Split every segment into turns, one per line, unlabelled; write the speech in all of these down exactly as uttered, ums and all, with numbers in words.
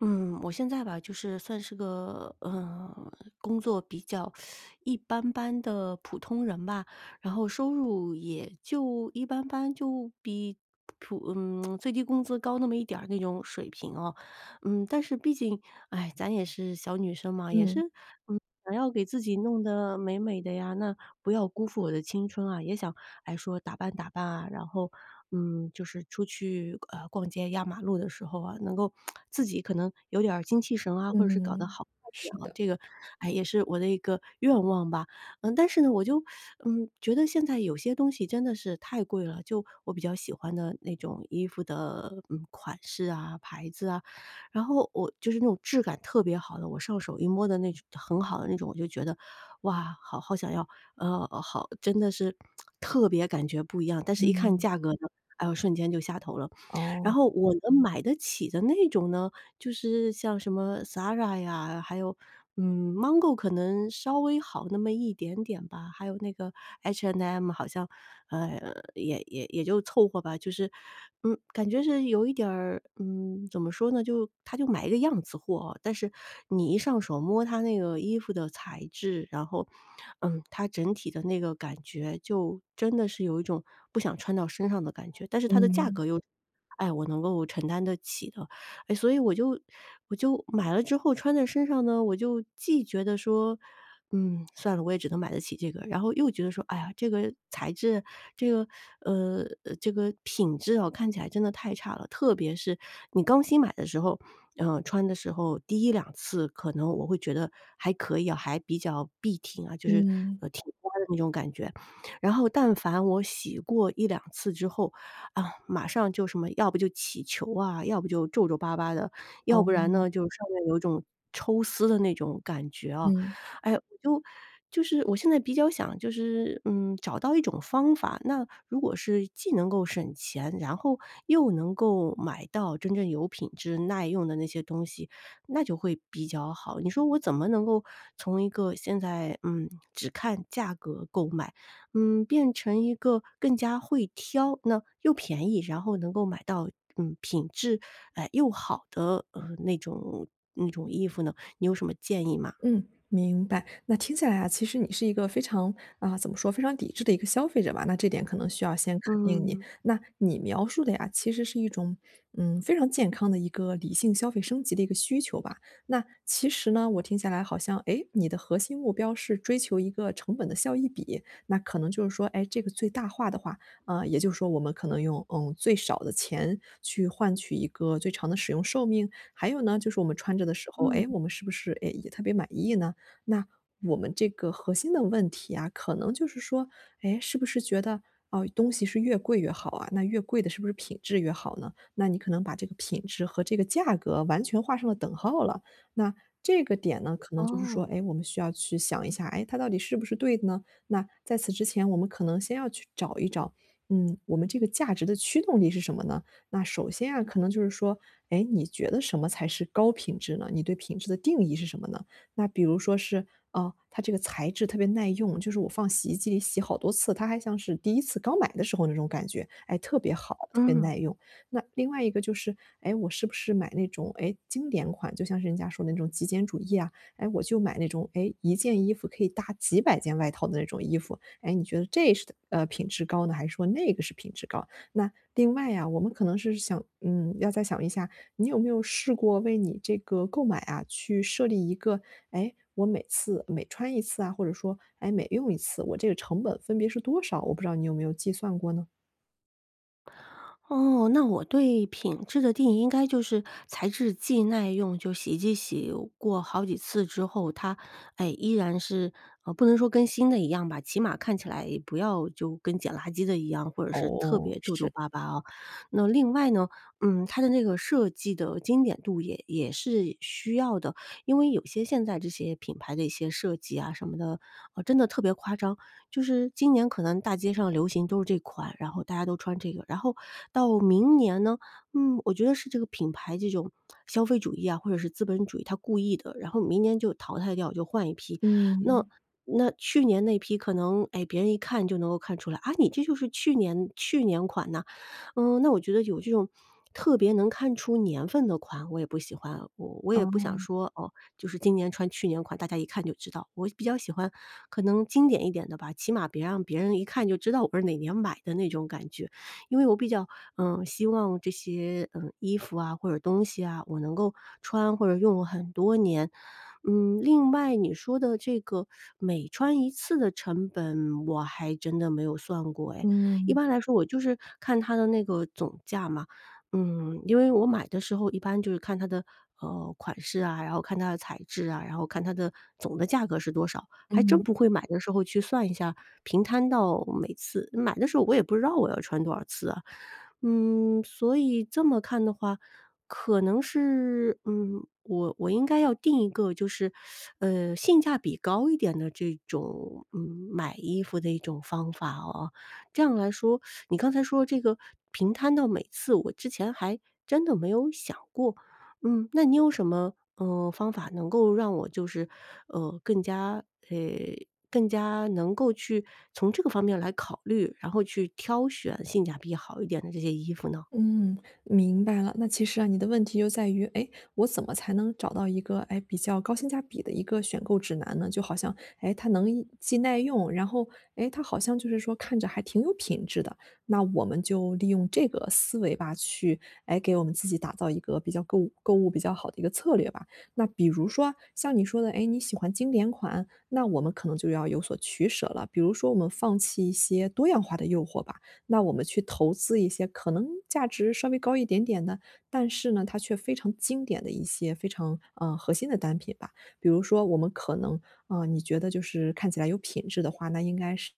嗯，我现在吧，就是算是个嗯，工作比较一般般的普通人吧，然后收入也就一般般，就比普嗯最低工资高那么一点儿那种水平哦。嗯，但是毕竟，哎，咱也是小女生嘛，也
嗯，
是嗯想要给自己弄得美美的呀，那不要辜负我的青春啊，也想哎说打扮打扮啊，然后嗯，就是出去呃逛街压马路的时候啊，能够自己可能有点儿精气神啊，或者是搞得
嗯，
好看一点
是
啊，
的，
这个哎也是我的一个愿望吧。嗯，但是呢，我就嗯觉得现在有些东西真的是太贵了，就我比较喜欢的那种衣服的嗯款式啊、牌子啊，然后我就是那种质感特别好的，我上手一摸的那种很好的那种，我就觉得哇，好好想要，呃，好真的是特别感觉不一样，但是一看
嗯，
价格呢，哎呦，瞬间就下头了。然
哦，
后我能买得起的那种呢，就是像什么 Zara 呀，还有，嗯，Mango 可能稍微好那么一点点吧，还有那个 H and M and M 好像，呃，也也也就凑合吧，就是，嗯，感觉是有一点儿，嗯，怎么说呢，就他就买一个样子货啊，但是你一上手摸它那个衣服的材质，然后，嗯，它整体的那个感觉就真的是有一种不想穿到身上的感觉，但是它的价
嗯，
格又哎，我能够承担得起的。哎，所以我就我就买了之后穿在身上呢，我就既觉得说，嗯，算了，我也只能买得起这个，然后又觉得说，哎呀，这个材质，这个呃，呃这个品质啊，看起来真的太差了。特别是你刚新买的时候，嗯，穿的时候第一两次，可能我会觉得还可以啊，还比较笔挺啊，就是
嗯，
呃挺刮的那种感觉。然后但凡我洗过一两次之后，啊，马上就什么，要不就起球啊，要不就皱皱巴巴的，要
哦，
不然呢，就上面有一种抽丝的那种感觉啊。
嗯。
哎，我就就是我现在比较想就是，嗯，找到一种方法，那如果是既能够省钱，然后又能够买到真正有品质、耐用的那些东西，那就会比较好。你说我怎么能够从一个现在，嗯，只看价格购买，嗯，变成一个更加会挑，那又便宜，然后能够买到，嗯，品质，哎，又好的，呃，那种那种衣服呢，你有什么建议吗？
嗯，明白。那听起来啊，其实你是一个非常啊，怎么说，非常抵制的一个消费者吧？那这点可能需要先肯定你。
嗯，
那你描述的呀，其实是一种嗯非常健康的一个理性消费升级的一个需求吧？那其实呢，我听下来好像，哎，你的核心目标是追求一个成本的效益比，那可能就是说，哎，这个最大化的话，啊、也就是说，我们可能用嗯最少的钱去换取一个最长的使用寿命，还有呢，就是我们穿着的时候，
嗯，
哎，我们是不是哎也特别满意呢？那我们这个核心的问题啊，可能就是说，哎，是不是觉得哦、东西是越贵越好啊？那越贵的是不是品质越好呢？那你可能把这个品质和这个价格完全画上了等号了。那这个点呢，可能就是说，
哦，
哎，我们需要去想一下，哎，它到底是不是对的呢？那在此之前，我们可能先要去找一找，嗯，我们这个价值的驱动力是什么呢？那首先啊，可能就是说，哎，你觉得什么才是高品质呢？你对品质的定义是什么呢？那比如说是，呃，它这个材质特别耐用，就是我放洗衣机里洗好多次，它还像是第一次刚买的时候那种感觉，哎，特别好，特别
嗯。
耐用。那另外一个就是，哎，我是不是买那种，哎，经典款，就像是人家说的那种极简主义啊，哎，我就买那种，哎，一件衣服可以搭几百件外套的那种衣服，哎，你觉得这是呃，品质高呢，还是说那个是品质高？那另外呀，我们可能是想，嗯，要再想一下，你有没有试过为你这个购买啊，去设立一个，哎，我每次每穿一次啊，或者说，哎，每用一次，我这个成本分别是多少？我不知道你有没有计算过呢？
哦，那我对品质的定义应该就是材质既耐用，就洗衣机洗过好几次之后，它，哎，依然是呃，不能说跟新的一样吧，起码看起来不要就跟捡垃圾的一样，或者是特
哦，
别皱皱
是，
巴巴哦。那另外呢，嗯，它的那个设计的经典度也也是需要的，因为有些现在这些品牌的一些设计啊什么的，呃，真的特别夸张。就是今年可能大街上流行都是这款，然后大家都穿这个，然后到明年呢，嗯，我觉得是这个品牌这种消费主义啊，或者是资本主义，它故意的，然后明年就淘汰掉，就换一批。那
嗯，
那去年那批可能，哎，别人一看就能够看出来啊，你这就是去年去年款呐、嗯，那我觉得有这种特别能看出年份的款，我也不喜欢，我我也不想
哦。
说哦，就是今年穿去年款，大家一看就知道。我比较喜欢可能经典一点的吧，起码别让别人一看就知道我是哪年买的那种感觉。因为我比较，嗯，希望这些，嗯，衣服啊或者东西啊，我能够穿或者用很多年。嗯，另外你说的这个每穿一次的成本，我还真的没有算过哎。一
嗯
般来说我就是看它的那个总价嘛，嗯，因为我买的时候一般就是看它的，呃，款式啊，然后看它的材质啊，然后看它的总的价格是多少，还真
嗯。
不会买的时候去算一下，平摊到每次。买的时候我也不知道我要穿多少次啊。嗯，所以这么看的话，可能是，嗯，我我应该要定一个就是，呃，性价比高一点的这种，嗯，买衣服的一种方法哦。这样来说，你刚才说这个平摊到每次，我之前还真的没有想过。嗯，那你有什么，呃，方法能够让我就是，呃，更加呃，更加能够去从这个方面来考虑，然后去挑选性价比好一点的这些衣服呢？
嗯，明白了。那其实啊，你的问题就在于，哎，我怎么才能找到一个哎比较高性价比的一个选购指南呢？就好像哎，它能一既耐用，然后哎，它好像就是说看着还挺有品质的。那我们就利用这个思维吧，去哎给我们自己打造一个比较购物购物比较好的一个策略吧。那比如说像你说的，哎，你喜欢经典款，那我们可能就要有所取舍了。比如说，我们放弃一些多样化的诱惑吧。那我们去投资一些可能价值稍微高一点点的，但是呢，它却非常经典的一些非常呃核心的单品吧。比如说，我们可能啊、呃你觉得就是看起来有品质的话，那应该是。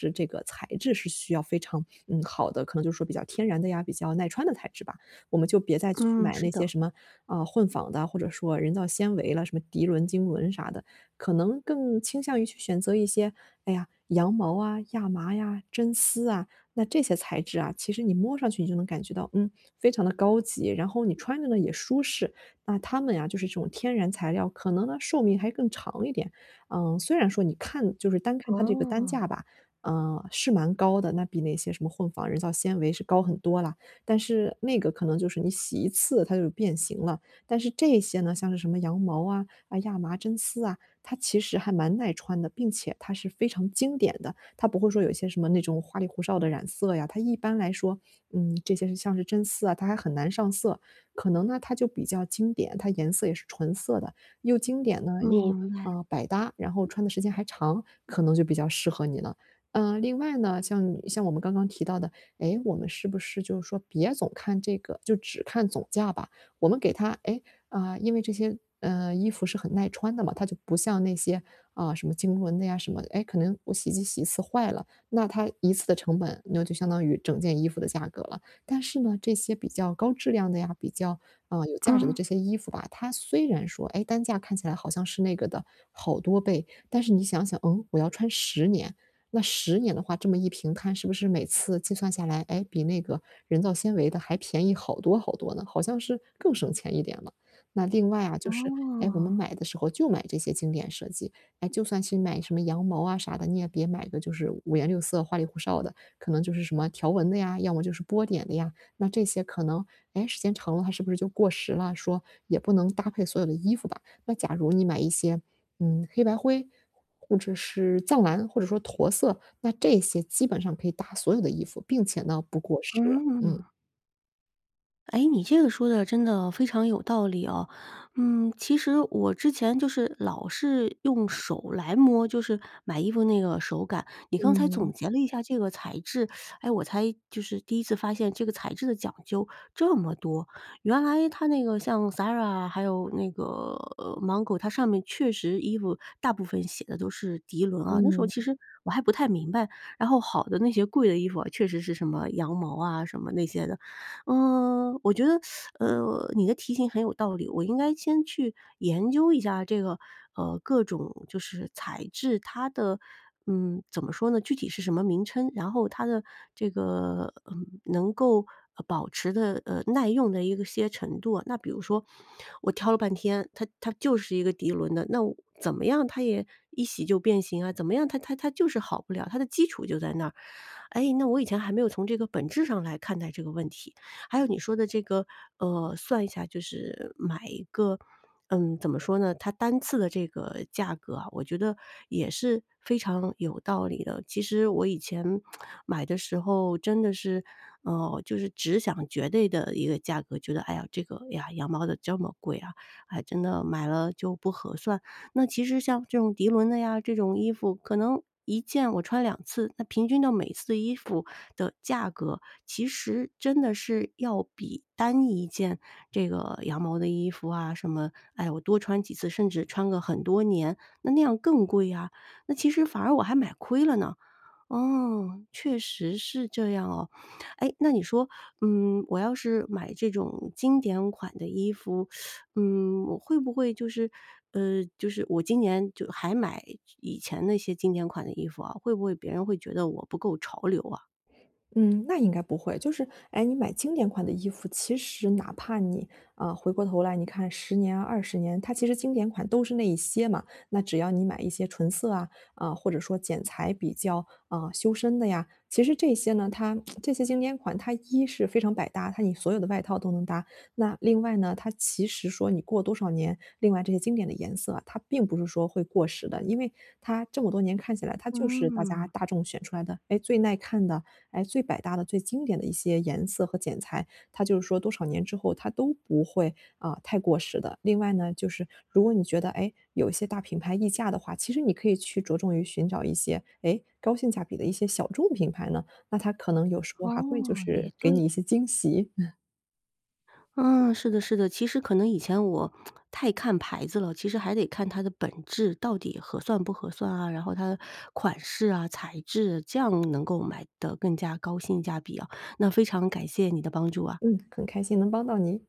是这个材质是需要非常嗯好的，可能就是说比较天然的呀，比较耐穿的材质吧。我们就别再去
嗯，
买那
是的，
些什么啊、呃混纺的，或者说人造纤维了，什么涤纶、经纶啥的，可能更倾向于去选择一些，哎呀，羊毛啊、亚麻呀、真丝啊，那这些材质啊，其实你摸上去你就能感觉到，嗯，非常的高级，然后你穿着呢也舒适。那它们呀，就是这种天然材料，可能呢寿命还更长一点。嗯，虽然说你看就是单看它这个单
哦，
价吧，嗯，是蛮高的，那比那些什么混纺人造纤维是高很多啦。但是那个可能就是你洗一次它就变形了，但是这些呢，像是什么羊毛啊、啊亚麻、真丝啊，它其实还蛮耐穿的，并且它是非常经典的，它不会说有一些什么那种花里胡哨的染色呀，它一般来说，嗯，这些是像是真丝啊，它还很难上色。可能呢，它就比较经典，它颜色也是纯色的，又经典呢，又，
明白，
呃，百搭，然后穿的时间还长，可能就比较适合你了。呃，另外呢，像你像我们刚刚提到的，诶，我们是不是就是说别总看这个就只看总价吧，我们给它，诶，啊，因为这些呃衣服是很耐穿的嘛，它就不像那些啊什么经纶的呀什么，哎，可能我洗衣机洗一次坏了，那它一次的成本那就相当于整件衣服的价格了。但是呢，这些比较高质量的呀，比较啊、呃有价值的
嗯，
这些衣服吧，它虽然说哎单价看起来好像是那个的好多倍，但是你想想，嗯，我要穿十年。那十年的话，这么一平摊，是不是每次计算下来，哎，比那个人造纤维的还便宜好多好多呢？好像是更省钱一点了。那另外啊，就是，哎，我们
哦，
买的时候就买这些经典设计，哎，就算是买什么羊毛啊啥的，你也别买个就是五颜六色、花里胡哨的，可能就是什么条纹的呀，要么就是波点的呀。那这些可能，哎，时间长了它是不是就过时了？说也不能搭配所有的衣服吧。那假如你买一些，嗯，黑白灰，或者是藏蓝，或者说驼色，那这些基本上可以搭所有的衣服，并且呢不过时。嗯
嗯。哎，你这个说的真的非常有道理哦。嗯，其实我之前就是老是用手来摸，就是买衣服那个手感。你刚才总
嗯
结了一下这个材质，哎，我才就是第一次发现这个材质的讲究这么多。原来它那个像 Zara 还有那个呃 Mango,它上面确实衣服大部分写的都是涤纶啊。那时候其
嗯。
实我还不太明白，然后好的那些贵的衣服啊，确实是什么羊毛啊什么那些的。嗯，我觉得，呃，你的提醒很有道理，我应该先去研究一下这个，呃，各种就是材质，它的，嗯，怎么说呢？具体是什么名称？然后它的这个，嗯，能够呃保持的，呃，耐用的一个些程度啊。那比如说，我挑了半天，它它就是一个涤纶的，那我怎么样它也一洗就变形啊？怎么样它它它就是好不了，它的基础就在那儿。哎，那我以前还没有从这个本质上来看待这个问题。还有你说的这个，呃，算一下就是买一个，嗯，怎么说呢，它单次的这个价格啊，我觉得也是非常有道理的。其实我以前买的时候真的是，呃，就是只想绝对的一个价格，觉得哎呀，这个，哎呀，羊毛的这么贵啊，哎，真的买了就不合算。那其实像这种涤纶的呀，这种衣服可能一件我穿两次，那平均到每次衣服的价格，其实真的是要比单一件这个羊毛的衣服啊，什么，哎，我多穿几次，甚至穿个很多年，那那样更贵啊，那其实反而我还买亏了呢。哦，确实是这样哦。哎，那你说，嗯，我要是买这种经典款的衣服，嗯，我会不会就是，呃，就是我今年就还买以前那些经典款的衣服啊，会不会别人会觉得我不够潮流啊？
嗯，那应该不会。就是，哎，你买经典款的衣服，其实哪怕你啊、回过头来，你看十年啊、二十年，它其实经典款都是那一些嘛。那只要你买一些纯色啊啊、或者说剪裁比较啊、修身的呀，其实这些呢，它这些经典款，它一是非常百搭，它你所有的外套都能搭。那另外呢，它其实说你过多少年，另外这些经典的颜色啊，它并不是说会过时的，因为它这么多年看起来，它就是大家
嗯，
大众选出来的，哎，最耐看的。哎，最百搭的、最经典的一些颜色和剪裁，它就是说多少年之后它都不会，啊，太过时的。另外呢，就是如果你觉得，哎，有一些大品牌溢价的话，其实你可以去着重于寻找一些，哎，高性价比的一些小众品牌呢，那它可能有时候还会就
哦，也
是给
对。
你一些惊喜。
嗯，是的，是的。其实可能以前我太看牌子了，其实还得看它的本质到底合算不合算啊，然后它的款式啊、材质，这样能够买得更加高性价比啊。那非常感谢你的帮助啊。
嗯，很开心能帮到你。